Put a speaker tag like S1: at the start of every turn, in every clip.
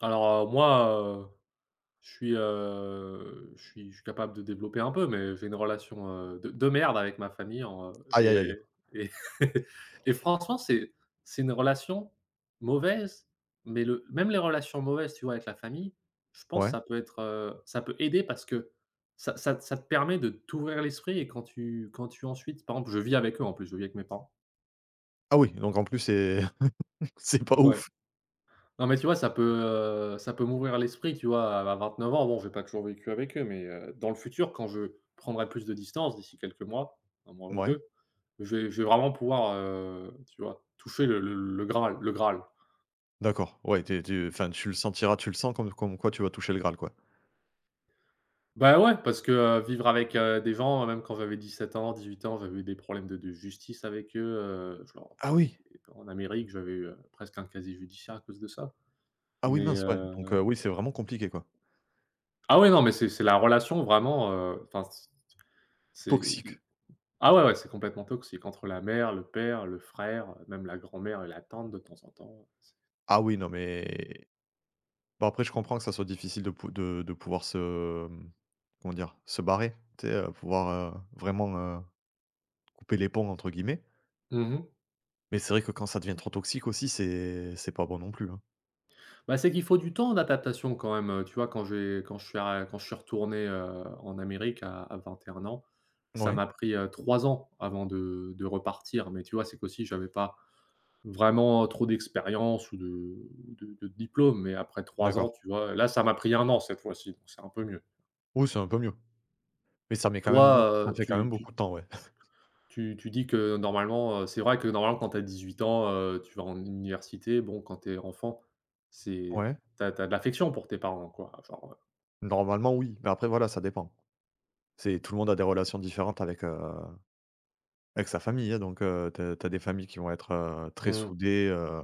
S1: Moi, je suis capable de développer un peu, mais j'ai une relation de merde avec ma famille
S2: Aïe, aïe, aïe.
S1: et et et franchement, c'est une relation mauvaise, mais le même les relations mauvaises, tu vois, avec la famille, je pense que
S2: Ouais.
S1: ça peut être, ça peut aider parce que ça te permet de t'ouvrir l'esprit et quand tu ensuite, par exemple, je vis avec eux, en plus je vis avec mes parents.
S2: Ah oui, donc en plus c'est c'est pas
S1: Ouais.
S2: ouf.
S1: Non, mais tu vois, ça peut m'ouvrir l'esprit, tu vois? À 9 ans, bon, j'ai pas toujours vécu avec eux, mais dans le futur, quand je prendrai plus de distance, d'ici quelques mois, un mois ou
S2: Ouais,
S1: deux, je vais vraiment pouvoir, tu vois, toucher le graal le graal.
S2: d'accord. Ouais, t'es, es enfin tu le sens comme quoi tu vas toucher le Graal, quoi.
S1: Bah, ouais, parce que, vivre avec, des gens, même quand j'avais 17 ans, 18 ans, j'avais eu des problèmes de justice avec eux, je leur
S2: Ah
S1: avais eu
S2: oui!
S1: des, en Amérique, j'avais eu, presque un casier judiciaire à cause de ça.
S2: Ah oui
S1: Mais
S2: mince, ouais, donc oui, c'est vraiment compliqué, quoi.
S1: ah ouais, non, mais c'est la relation vraiment, enfin, c'est…
S2: Toxique.
S1: Ah ouais, ouais, c'est complètement toxique, entre la mère, le père, le frère, même la grand-mère et la tante de temps en temps. Ouais, c'est…
S2: Ah oui, non mais bon, après je comprends que ça soit difficile de pouvoir comment dire? Se barrer, tu sais, pouvoir, vraiment, «couper les ponts» entre guillemets.
S1: Mmh.
S2: Mais c'est vrai que quand ça devient trop toxique aussi, c'est pas bon non plus, hein.
S1: Bah, c'est qu'il faut du temps d'adaptation quand même, tu vois? Quand j'ai quand je suis ar quand je suis retourné, en Amérique à 21 ans, ça
S2: Ouais,
S1: m'a pris, 3 ans avant de repartir. Mais tu vois? C'est qu'aussi j'avais pas vraiment trop d'expérience ou de diplôme, mais après 3 ans,
S2: d'accord.
S1: tu vois, là, ça m'a pris 1 an cette fois-ci, donc c'est un peu mieux.
S2: Oui, c'est un peu mieux. Mais
S1: Toi,
S2: ça
S1: heu,
S2: fait quand même
S1: tu tu
S2: beaucoup de temps, ouais.
S1: Tu tu dis que normalement, c'est vrai que normalement, quand tu as 8 ans, tu vas en université. Bon, quand tu es enfant, c'est…
S2: Ouais,
S1: T'as de l'affection pour tes parents, quoi, genre,
S2: normalement oui, mais après voilà, ça dépend. C'est Tout le monde a des relations différentes avec, sa famille, hein, donc tu as des familles qui vont être, très
S1: mmh.
S2: soudées,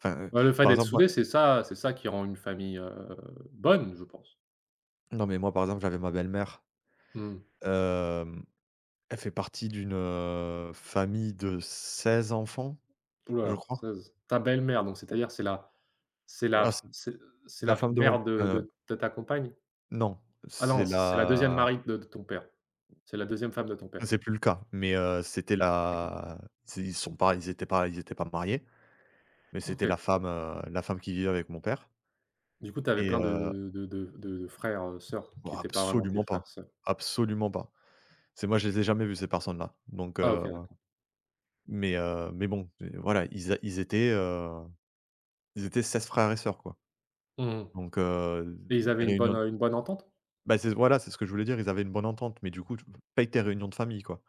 S2: enfin,
S1: Ouais, le fait
S2: par
S1: d'être
S2: exemple, moi.
S1: soudé, c'est ça qui rend une famille, bonne, je pense.
S2: Non, mais moi, par exemple, j'avais ma belle-mère,
S1: Mmh.
S2: hem, elle fait partie d'une, famille de 16 enfants, je
S1: Ouh,
S2: crois.
S1: ça z ta belle-mère, donc c'est-à-dire c'est la c'est
S2: Ah,
S1: la
S2: c'est
S1: c'est
S2: la
S1: la
S2: femme de mon
S1: mère de de de ta compagne?
S2: non,
S1: Ah
S2: c'est
S1: non, c'est la deuxième
S2: la
S1: mari de ton père. C'est la deuxième femme de ton père.
S2: c'est plus le cas, mais
S1: D'accord.
S2: c'est ils sont pas ils étaient pas ils étaient pas mariés, mais c'était la
S1: OK.
S2: femme, qui vivait avec mon père.
S1: Du coup, tu avais
S2: Et
S1: plein de frères, sœurs
S2: oh,
S1: qui n'étaient pas vraiment tes
S2: absolument
S1: frères,
S2: pas,
S1: sœurs.
S2: absolument pas. C'est Moi, je les ai jamais vus, ces personnes-là, donc
S1: Ah
S2: heu.
S1: OK, ouais.
S2: Mais mais bon, et voilà, ils étaient 16 frères et sœurs, quoi,
S1: Mmh,
S2: donc
S1: et ils
S2: les
S1: avaient
S2: réunions,
S1: une bonne entente?
S2: bah, c'est ce que je voulais dire, ils avaient une bonne entente, mais du coup, tu paye tes réunions de famille, quoi.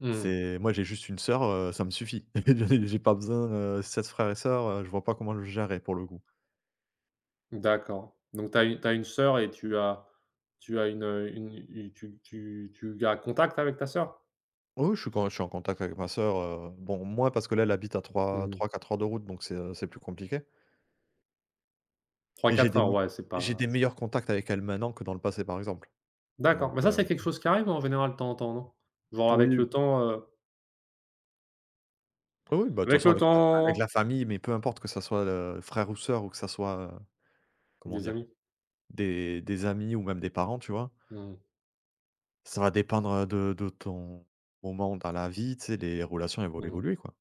S1: Mmh.
S2: C'est Moi, j'ai juste une sœur, ça me suffit. J'ai pas besoin, 16 frères et sœurs, je vois pas comment je gérer pour le coup.
S1: D'accord. Donc tu as une sœur, et tu as une u tu tu tu gardes contact avec ta sœur?
S2: Oui, oui, je suis quand je suis en contact avec ma sœur, bon, moi, parce que là, elle habite à
S1: Mmh.
S2: 3 4 heures de route, donc c'est plus compliqué. Et
S1: 3-4 heures, ouais, c'est
S2: j'ai
S1: pas
S2: des
S1: c'est…
S2: meilleurs contacts avec elle maintenant que dans le passé, par exemple. Donc
S1: d'accord. Mais ça,
S2: heu.
S1: c'est quelque chose qui arrive en général de temps en temps, non? Genre,
S2: Oui, oui, oui, bah, de toute
S1: avec
S2: façon,
S1: le
S2: avec la
S1: temps,
S2: famille, mais peu importe que ça soit, frère ou sœur, ou que ça soit, comment
S1: des
S2: dire?
S1: amis.
S2: Des amis ou même des parents, tu vois?
S1: Mmh.
S2: Ça va dépendre, de ton moment dans la vie, tu sais, les relations, elles vont
S1: Mmh.
S2: évoluer, quoi.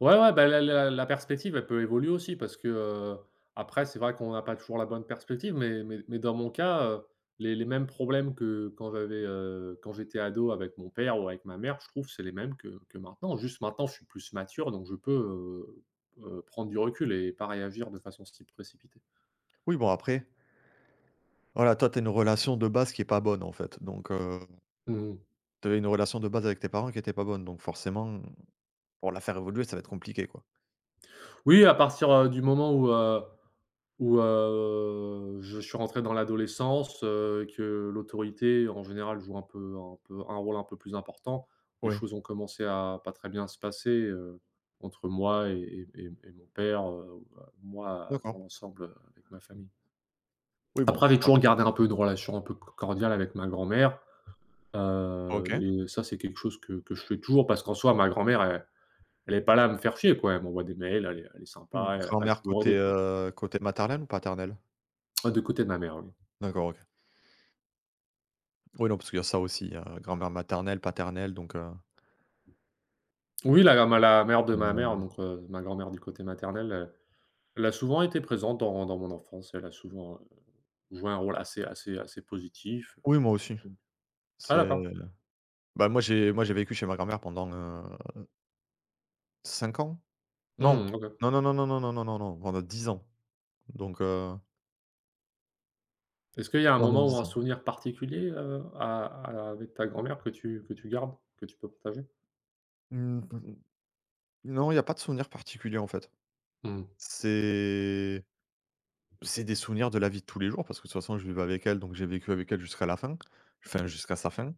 S1: Ouais, ouais, bah, la perspective, elle peut évoluer aussi, parce que, après, c'est vrai qu'on n'a pas toujours la bonne perspective, mais mais dans mon cas, les mêmes problèmes que quand j'avais, quand j'étais ado avec mon père ou avec ma mère, je trouve, c'est les mêmes que maintenant. Juste maintenant, je suis plus mature, donc je peux, prendre du recul et pas réagir de façon si précipitée.
S2: Oui, bon, après, voilà, toi, tu as une relation de base qui est pas bonne, en fait, donc
S1: Mmh.
S2: tu avais une relation de base avec tes parents qui était pas bonne, donc forcément, pour la faire évoluer, ça va être compliqué, quoi.
S1: Oui, à partir, du moment où, je suis rentré dans l'adolescence, que l'autorité en général joue un peu un rôle un peu plus important. Les
S2: Oui.
S1: choses ont commencé à pas très bien se passer, entre moi et mon père, moi dans
S2: D'accord.
S1: l'ensemble, avec ma famille.
S2: Oui, bon,
S1: Après, j'ai
S2: voilà.
S1: toujours gardé un peu une relation un peu cordiale avec ma grand-mère,
S2: OK.
S1: et ça, c'est quelque chose que je fais toujours, parce qu'en soi ma grand-mère, elle est pas là à me faire chier, quoi. Elle m'envoie des mails, elle est
S2: Mmh.
S1: sympa, elle m'a
S2: Grand-mère
S1: toujours
S2: côté,
S1: aidé, quoi.
S2: côté maternelle ou paternelle?
S1: Ah, du côté de ma mère, oui.
S2: D'accord, OK. Oui, non, parce qu'il y a ça aussi, il y a grand-mère maternelle, paternelle, donc
S1: Oui, la mère de ma mère,
S2: hem
S1: donc ma grand-mère du côté maternel, elle a souvent été présente dans mon enfance. Elle a souvent, joué un rôle assez positif,
S2: oui, moi aussi.
S1: donc… ah
S2: C'est
S1: d'accord.
S2: Moi, j'ai moi, j'ai vécu chez ma grand-mère pendant, 5 ans? Non.
S1: Mmh, OK.
S2: Non, non, non, non, non, non, non, non, non, pendant 10 ans, donc
S1: Est-ce qu'il y a un
S2: pendant
S1: moment ou
S2: dix
S1: un
S2: ans.
S1: souvenir particulier, à avec ta grand-mère que tu gardes, que tu peux partager?
S2: Mmh, mmh, non, il y a pas de souvenir particulier, en fait.
S1: Mmh.
S2: C'est c'est des souvenirs de la vie de tous les jours, parce que de toute façon, je vivais avec elle, donc j'ai vécu avec elle jusqu'à la fin, enfin, jusqu'à sa fin.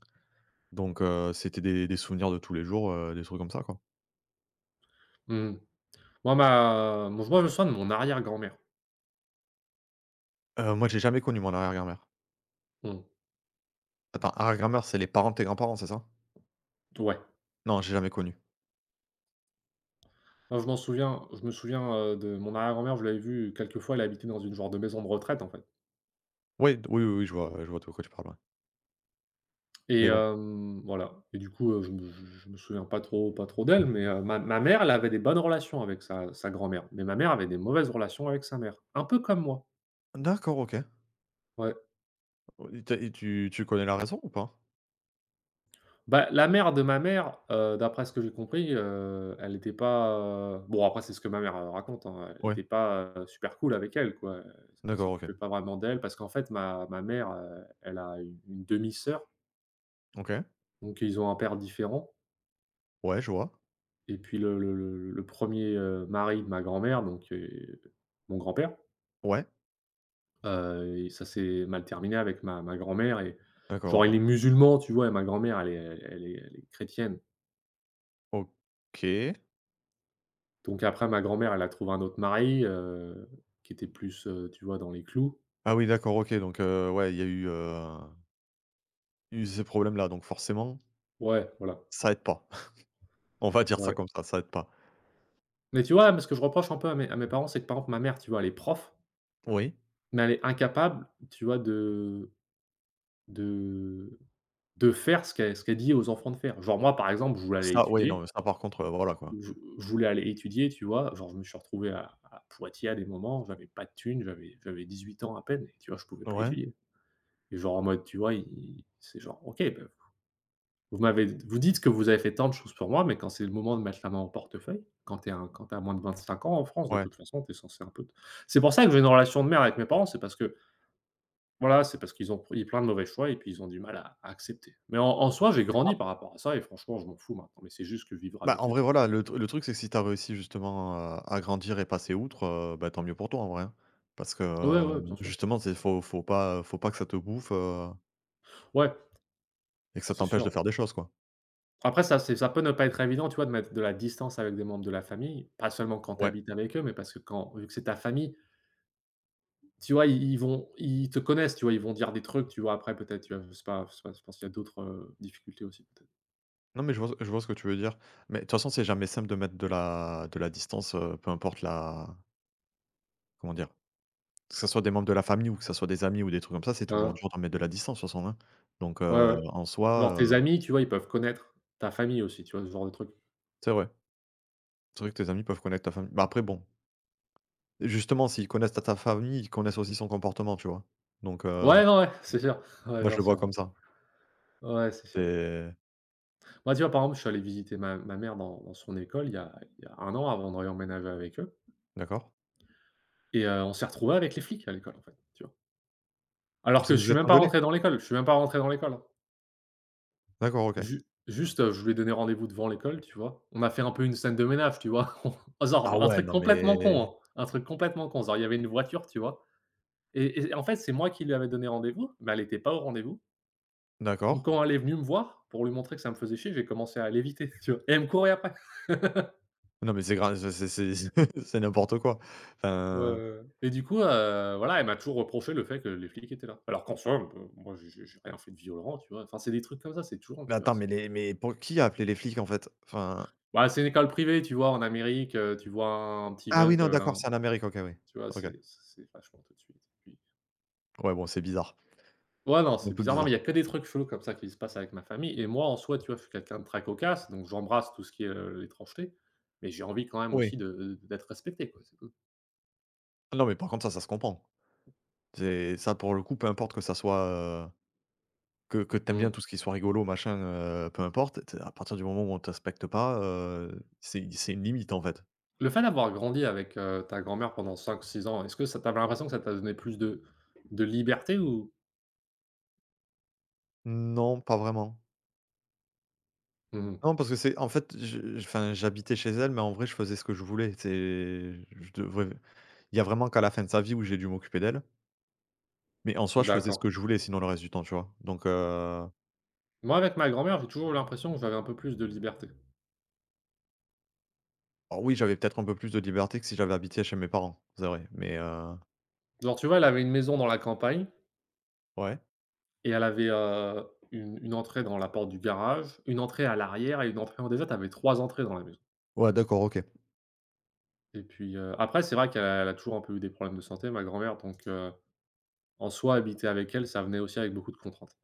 S2: Donc c'était des souvenirs de tous les jours, des trucs comme ça, quoi.
S1: Mmh. Moi, ma moi, je me souviens de mon arrière-grand-mère.
S2: Moi, j'ai jamais connu mon arrière-grand-mère.
S1: Mmh.
S2: Attends, arrière-grand-mère, c'est les parents de tes grands-parents, c'est ça?
S1: Ouais.
S2: Non, j'ai jamais connu.
S1: Moi, je me souviens, de mon arrière-grand-mère, je l'avais vue quelques fois, elle habitait dans une genre de maison de retraite, en fait.
S2: Oui, oui, oui, oui, je vois de quoi tu parles, ouais.
S1: Et
S2: Mais bon.
S1: hem, voilà, et du coup, je me souviens pas trop d'elle, mais ma ma mère, elle avait des bonnes relations avec sa grand-mère, mais ma mère avait des mauvaises relations avec sa mère, un peu comme moi.
S2: D'accord, OK.
S1: Ouais.
S2: Et tu connais la raison ou pas?
S1: Bah, la mère de ma mère, d'après ce que j'ai compris, elle était pas, bon, après c'est ce que ma mère, raconte, hein, elle
S2: Ouais,
S1: était pas, super cool avec elle, quoi. Elle
S2: d'accord, OK.
S1: s'occupait pas vraiment d'elle, parce qu'en fait ma mère, elle a une demi-sœur,
S2: OK.
S1: donc ils ont un père différent.
S2: Ouais, je vois.
S1: Et puis le 1er mari de ma grand-mère, donc mon grand-père,
S2: Ouais,
S1: et ça s'est mal terminé avec ma grand-mère, et
S2: d'accord,
S1: genre
S2: OK.
S1: il est musulman, tu vois? Et ma grand-mère, elle est chrétienne.
S2: OK.
S1: Donc après, ma grand-mère, elle a trouvé un autre mari, qui était plus, tu vois, dans les clous.
S2: Ah oui, d'accord, OK, donc ouais, il y a eu, eu ces problèmes-là, donc forcément,
S1: Ouais, voilà,
S2: ça aide pas. On va dire ça
S1: ouais.
S2: comme ça aide pas.
S1: Mais tu vois, moi, ce que je reproche un peu à mes parents, c'est que, par exemple, ma mère, tu vois, elle est prof,
S2: Oui.
S1: mais elle est incapable, tu vois, de de faire ce qu'elle dit aux enfants de faire. Genre moi, par exemple, je voulais aller
S2: Ça, oui, non,
S1: étudier…
S2: mais ça, par contre, voilà, quoi.
S1: Où je voulais aller étudier, tu vois? Genre, je me suis retrouvé à Poitiers à des moments, j'avais pas de thunes, j'avais 18 ans à peine, et tu vois, je pouvais pas
S2: Ouais,
S1: étudier. Et genre en mode, tu vois, ils c'est genre: «OK, bah, vous dites que vous avez fait tant de choses pour moi, mais quand c'est le moment de mettre la main au portefeuille, quand t'es un quand tu as moins de 25 ans en France, de
S2: ouais.
S1: toute façon, t'es censé un peu te…» c'est pour ça que j'ai une relation de merde avec mes parents, c'est parce que, voilà, c'est parce qu'ils ont pris plein de mauvais choix et puis ils ont du mal à accepter. Mais en soi, j'ai grandi
S2: Ap
S1: par rapport à ça et franchement, je m'en fous maintenant, mais c'est juste que vivre
S2: Bah, en
S1: avec eux,
S2: vrai,
S1: c'est…
S2: voilà, le truc, c'est que si t'as réussi justement à grandir et passer outre, bah, tant mieux pour toi, en vrai, hein. Parce que,
S1: ouais, ouais, bien sûr.
S2: justement, c'est faut faut pas que ça te bouffe,
S1: Ouais,
S2: et que ça
S1: c'est
S2: t'empêche de
S1: sûr.
S2: faire des choses, quoi.
S1: Après, ça c'est… ça peut ne pas être évident, tu vois, de mettre de la distance avec des membres de la famille, pas seulement quand tu
S2: Ouais.
S1: habites avec eux, mais parce que quand vu que c'est ta famille, tu vois, ils te connaissent, tu vois, ils vont dire des trucs, tu vois, après peut-être, tu vois, je sais pas, je pense qu'il y a d'autres, difficultés aussi peut-être.
S2: Non, mais je vois ce que tu veux dire. Mais de toute façon, c'est jamais simple de mettre de la distance, peu importe la, comment dire? Que ça soit des membres de la famille ou que ça soit des amis ou des trucs comme ça, c'est toujours
S1: Hein,
S2: dur de mettre de la distance, de toute façon, hein. Donc,
S1: ouais, ouais.
S2: en soi,
S1: Genre tes
S2: heu.
S1: amis, tu vois, ils peuvent connaître ta famille aussi, tu vois, ce genre de truc.
S2: C'est vrai. C'est vrai que tes amis peuvent connaître ta famille. Bah, après bon. Justement, s'ils connaissent ta famille, ils connaissent aussi son comportement, tu vois? Donc
S1: Ouais, non, ouais, c'est sûr. Ouais,
S2: moi,
S1: bien
S2: je le vois
S1: sûr, ouais.
S2: comme ça.
S1: Ouais, c'est sûr.
S2: C'est
S1: Moi, tu vois, par exemple, je suis allé visiter ma mère dans son école il y a 1 an avant de réemménager avec eux,
S2: D'accord.
S1: et on s'est retrouvés avec les flics à l'école, en fait, tu vois?
S2: Ah,
S1: Alors
S2: parce que
S1: que
S2: vous
S1: je
S2: vous
S1: suis
S2: êtes
S1: même pas
S2: engueulés?
S1: rentré dans l'école, je suis même pas rentré dans l'école, hein.
S2: D'accord, OK.
S1: Je lui ai donné rendez-vous devant l'école, tu vois? On a fait un peu une scène de ménage, tu vois? On
S2: Ah
S1: Genre un
S2: ouais,
S1: truc
S2: non mais
S1: complètement con, hein, un truc complètement con. Genre il y avait une voiture, tu vois? Et en fait, c'est moi qui lui avais donné rendez-vous, mais elle était pas au rendez-vous. Donc
S2: d'accord.
S1: quand elle est venue me voir, pour lui montrer que ça me faisait chier, j'ai commencé à l'éviter, tu vois? Et elle me courait après.
S2: Non mais c'est grave, c'est c'est n'importe quoi.
S1: Ouais, ouais,
S2: Enfin,
S1: ouais. Et du coup, voilà, elle m'a toujours reproché le fait que les flics étaient là. Alors qu'en soi, moi j'ai rien fait de violent, tu vois? Enfin, c'est des trucs comme ça, c'est tout le monde,
S2: mais
S1: tu vois?
S2: attends, mais les mais pour qui a appelé les flics, en fait? Enfin
S1: Bah, c'est une école privée, tu vois? En Amérique, tu vois un petit
S2: ah oui,
S1: jeune qui
S2: non,
S1: avait
S2: d'accord,
S1: l'un
S2: c'est en Amérique, OK, oui.
S1: tu vois?
S2: OK.
S1: C'est vachement tout de suite et puis
S2: Ouais, bon, c'est bizarre,
S1: ouais, non,
S2: un
S1: c'est
S2: peu
S1: bizarre. Non,
S2: bizarre.
S1: mais il y a que des trucs chelous comme ça qui se passent avec ma famille et moi, en soi, tu vois? Je suis quelqu'un de très cocasse, donc j'embrasse tout ce qui est, l'étrangeté, mais j'ai envie quand même
S2: Oui.
S1: aussi de, d'être respecté, quoi, c'est tout.
S2: Non mais par contre, ça se comprend. C'est ça, pour le coup, peu importe que ça soit, que t'aimes bien
S1: Mmh.
S2: tout ce qui soit rigolo, machin, peu importe, tu, à partir du moment où on te pas, c'est une limite, en fait.
S1: Le fait d'avoir grandi avec, ta grand-mère pendant 5 6 ans, est-ce que ça tu avais l'impression que ça t'a donné plus de liberté ou?
S2: Non, pas vraiment.
S1: Mmh mh.
S2: Non, parce que c'est en fait, je enfin, j'habitais chez elle, mais en vrai, je faisais ce que je voulais. C'est je devrais Il y a vraiment qu'à la fin de sa vie où j'ai dû m'occuper d'elle, mais en soi, je faisais ce
S1: D'accord.
S2: que je voulais sinon le reste du temps, tu vois? Donc,
S1: Moi, avec ma grand-mère, j'ai toujours eu l'impression que j'avais un peu plus de liberté.
S2: alors oui, j'avais peut-être un peu plus de liberté que si j'avais habité chez mes parents, c'est vrai, mais,
S1: Genre, tu vois? Elle avait une maison dans la campagne.
S2: ouais.
S1: Et elle avait, une entrée dans la porte du garage, une entrée à l'arrière et une entrée en déjà tu avais 3 entrées dans la maison
S2: Ouais, d'accord, OK.
S1: et puis, après c'est vrai qu'elle a toujours un peu eu des problèmes de santé ma grand-mère donc, en soi habiter avec elle, ça venait aussi avec beaucoup de contraintes.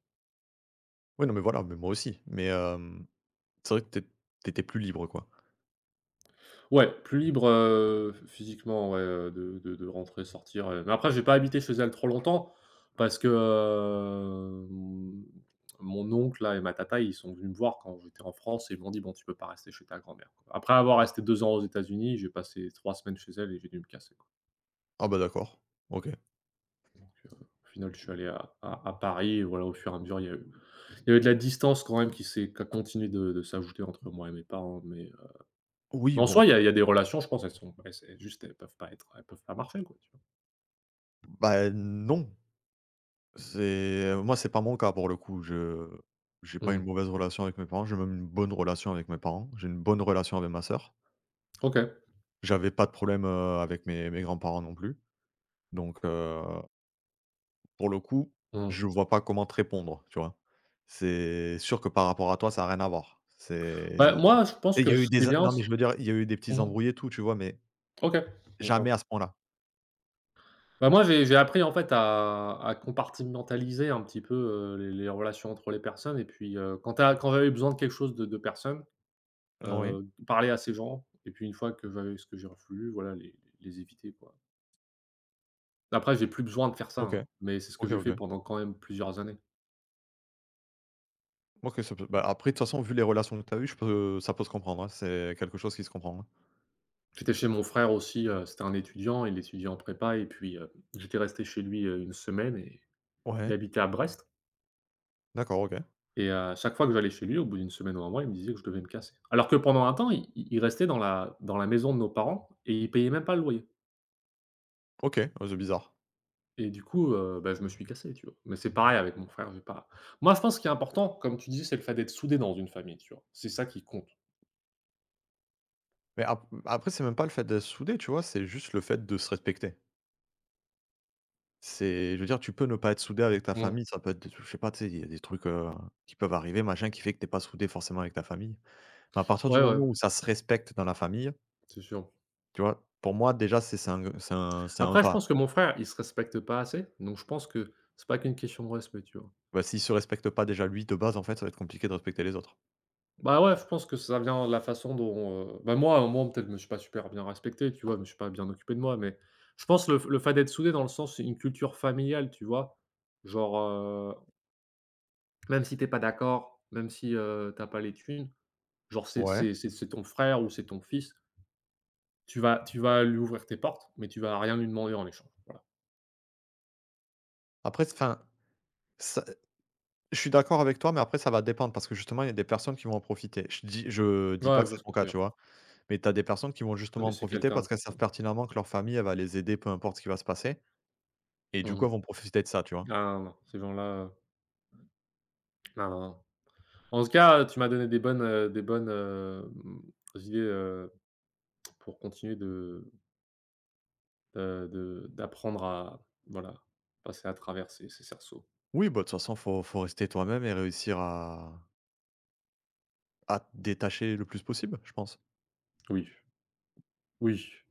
S2: Oui, non, mais voilà, mais moi aussi, mais, c'est vrai que tu é plus libre, quoi.
S1: Ouais, plus libre, physiquement, ouais, de rentrer, sortir, mais après j'ai pas habité chez elle trop longtemps parce que, hem, mon mon oncle là et ma tata, ils sont venus me voir quand j'étais en France et ils m'ont dit: «Bon, tu peux pas rester chez ta grand-mère, quoi». Après avoir resté 2 ans aux États-Unis, j'ai passé 3 semaines chez elle et j'ai dû me casser, quoi.
S2: Ah bah, d'accord. OK.
S1: Donc, au final, je suis allé à Paris et voilà, au fur et à mesure, il y avait de la distance quand même qui a continué de s'ajouter entre moi et mes parents, mais
S2: Oui,
S1: Mais en
S2: bon,
S1: soi, il y a des relations, je pense, elles c'est juste elles peuvent pas marcher, quoi, tu vois?
S2: bah, non. C'est Moi, c'est pas mon cas pour le coup. Je J'ai pas une
S1: Mmh.
S2: mauvaise relation avec mes parents, j'ai même une bonne relation avec mes parents. J'ai une bonne relation avec ma sœur.
S1: OK.
S2: J'avais pas de problème, avec mes grands-parents non plus. Donc, pour le coup,
S1: Mmh.
S2: je vois pas comment te répondre, tu vois? C'est sûr que par rapport à toi, ça a rien à voir.
S1: Bah,
S2: C'est
S1: moi, je pense
S2: il y
S1: que
S2: a eu
S1: ce
S2: des
S1: qui est bien,
S2: Non, mais
S1: c'est
S2: je veux dire, il y a eu des petits
S1: mmh
S2: embrouilles et tout, tu vois? Mais
S1: OK,
S2: jamais
S1: d'accord.
S2: à ce point-là.
S1: Bah, moi, j'ai appris, en fait, à compartimentaliser un petit peu, les relations entre les personnes et puis, quand j'avais besoin de quelque chose de personnes,
S2: Oui.
S1: parler à ces gens et puis une fois que j'avais ce que j'ai voulu, voilà, les éviter, quoi. Après, j'ai plus besoin de faire ça,
S2: OK.
S1: hein, mais c'est ce que
S2: OK,
S1: j'ai fait
S2: OK.
S1: pendant quand même plusieurs années.
S2: OK, ça peut bah, après, de toute façon, vu les relations que tu as eues, je peux ça peut se comprendre, hein. C'est quelque chose qui se comprend, hein.
S1: J'étais chez mon frère aussi, c'était un étudiant, il étudiait en prépa et puis, j'étais resté chez lui, une semaine et il
S2: Ouais,
S1: habitait à Brest
S2: d'accord, OK.
S1: et à chaque fois que j'allais chez lui, au bout d'une semaine ou un mois, il me disait que je devais me casser. Alors que pendant un temps, il restait dans la maison de nos parents et il payait même pas le loyer
S2: OK, ouais, c'est bizarre.
S1: et du coup, bah, je me suis cassé, tu vois? Mais c'est pareil avec mon frère, j'ai pas moi, je pense qu'il est important, comme tu dis, c'est le fait d'être soudé dans une famille, tu vois? C'est ça qui compte.
S2: Mais ap après, c'est même pas le fait d'être soudé, tu vois? C'est juste le fait de se respecter. C'est Je veux dire, tu peux ne pas être soudé avec ta
S1: Mmh.
S2: famille, ça peut être, je sais pas, tu sais, il y a des trucs, qui peuvent arriver, machin, qui fait que t'es pas soudé forcément avec ta famille. Mais à partir du
S1: Ouais, ouais,
S2: moment où ça se respecte dans la famille,
S1: c'est sûr.
S2: tu vois? Pour moi, déjà, c'est c'est un
S1: Après, je
S2: pas.
S1: pense que mon frère, il se respecte pas assez, donc je pense que c'est pas qu'une question de respect, tu vois?
S2: Bah, s'il se respecte pas déjà lui de base, en fait, ça va être compliqué de respecter les autres.
S1: Bah, ouais, je pense que ça vient de la façon dont, bah, moi, à un moment, peut-être, je me suis pas super bien respecté, tu vois? Je me suis pas bien occupé de moi, mais je pense le fait d'être soudé dans le sens, c'est une culture familiale, tu vois? Genre, même si t'es pas d'accord, même si, tu pas les thunes, genre, c'est
S2: Ouais.
S1: c'est c'est c'est ton frère ou c'est ton fils, tu vas lui ouvrir tes portes, mais tu vas rien lui demander en échange, voilà.
S2: Après, je suis d'accord avec toi, mais après ça va dépendre parce que justement, il y a des personnes qui vont en profiter. Je dis pas
S1: Ouais, je
S2: que c'est
S1: vois ce
S2: ton
S1: que
S2: cas,
S1: tu veux
S2: tu
S1: dire.
S2: vois? Mais tu as des personnes qui vont
S1: Je
S2: justement en
S1: connaissais
S2: profiter
S1: quelqu'un
S2: parce qu'elles
S1: comme ça.
S2: savent pertinemment que leur famille, elle va les aider, peu importe ce qui va se passer, et du coup, elles
S1: Mmh.
S2: vont profiter de ça, tu vois?
S1: Ah non, non, ces gens-là, heu, non, non, non. En tout cas, tu m'as donné des bonnes, idées, pour continuer de d'apprendre à voilà, passer à travers ces cerceaux.
S2: Oui, bah, de toute façon, faut rester toi-même et réussir à te détacher le plus possible, je pense.
S1: Oui, oui.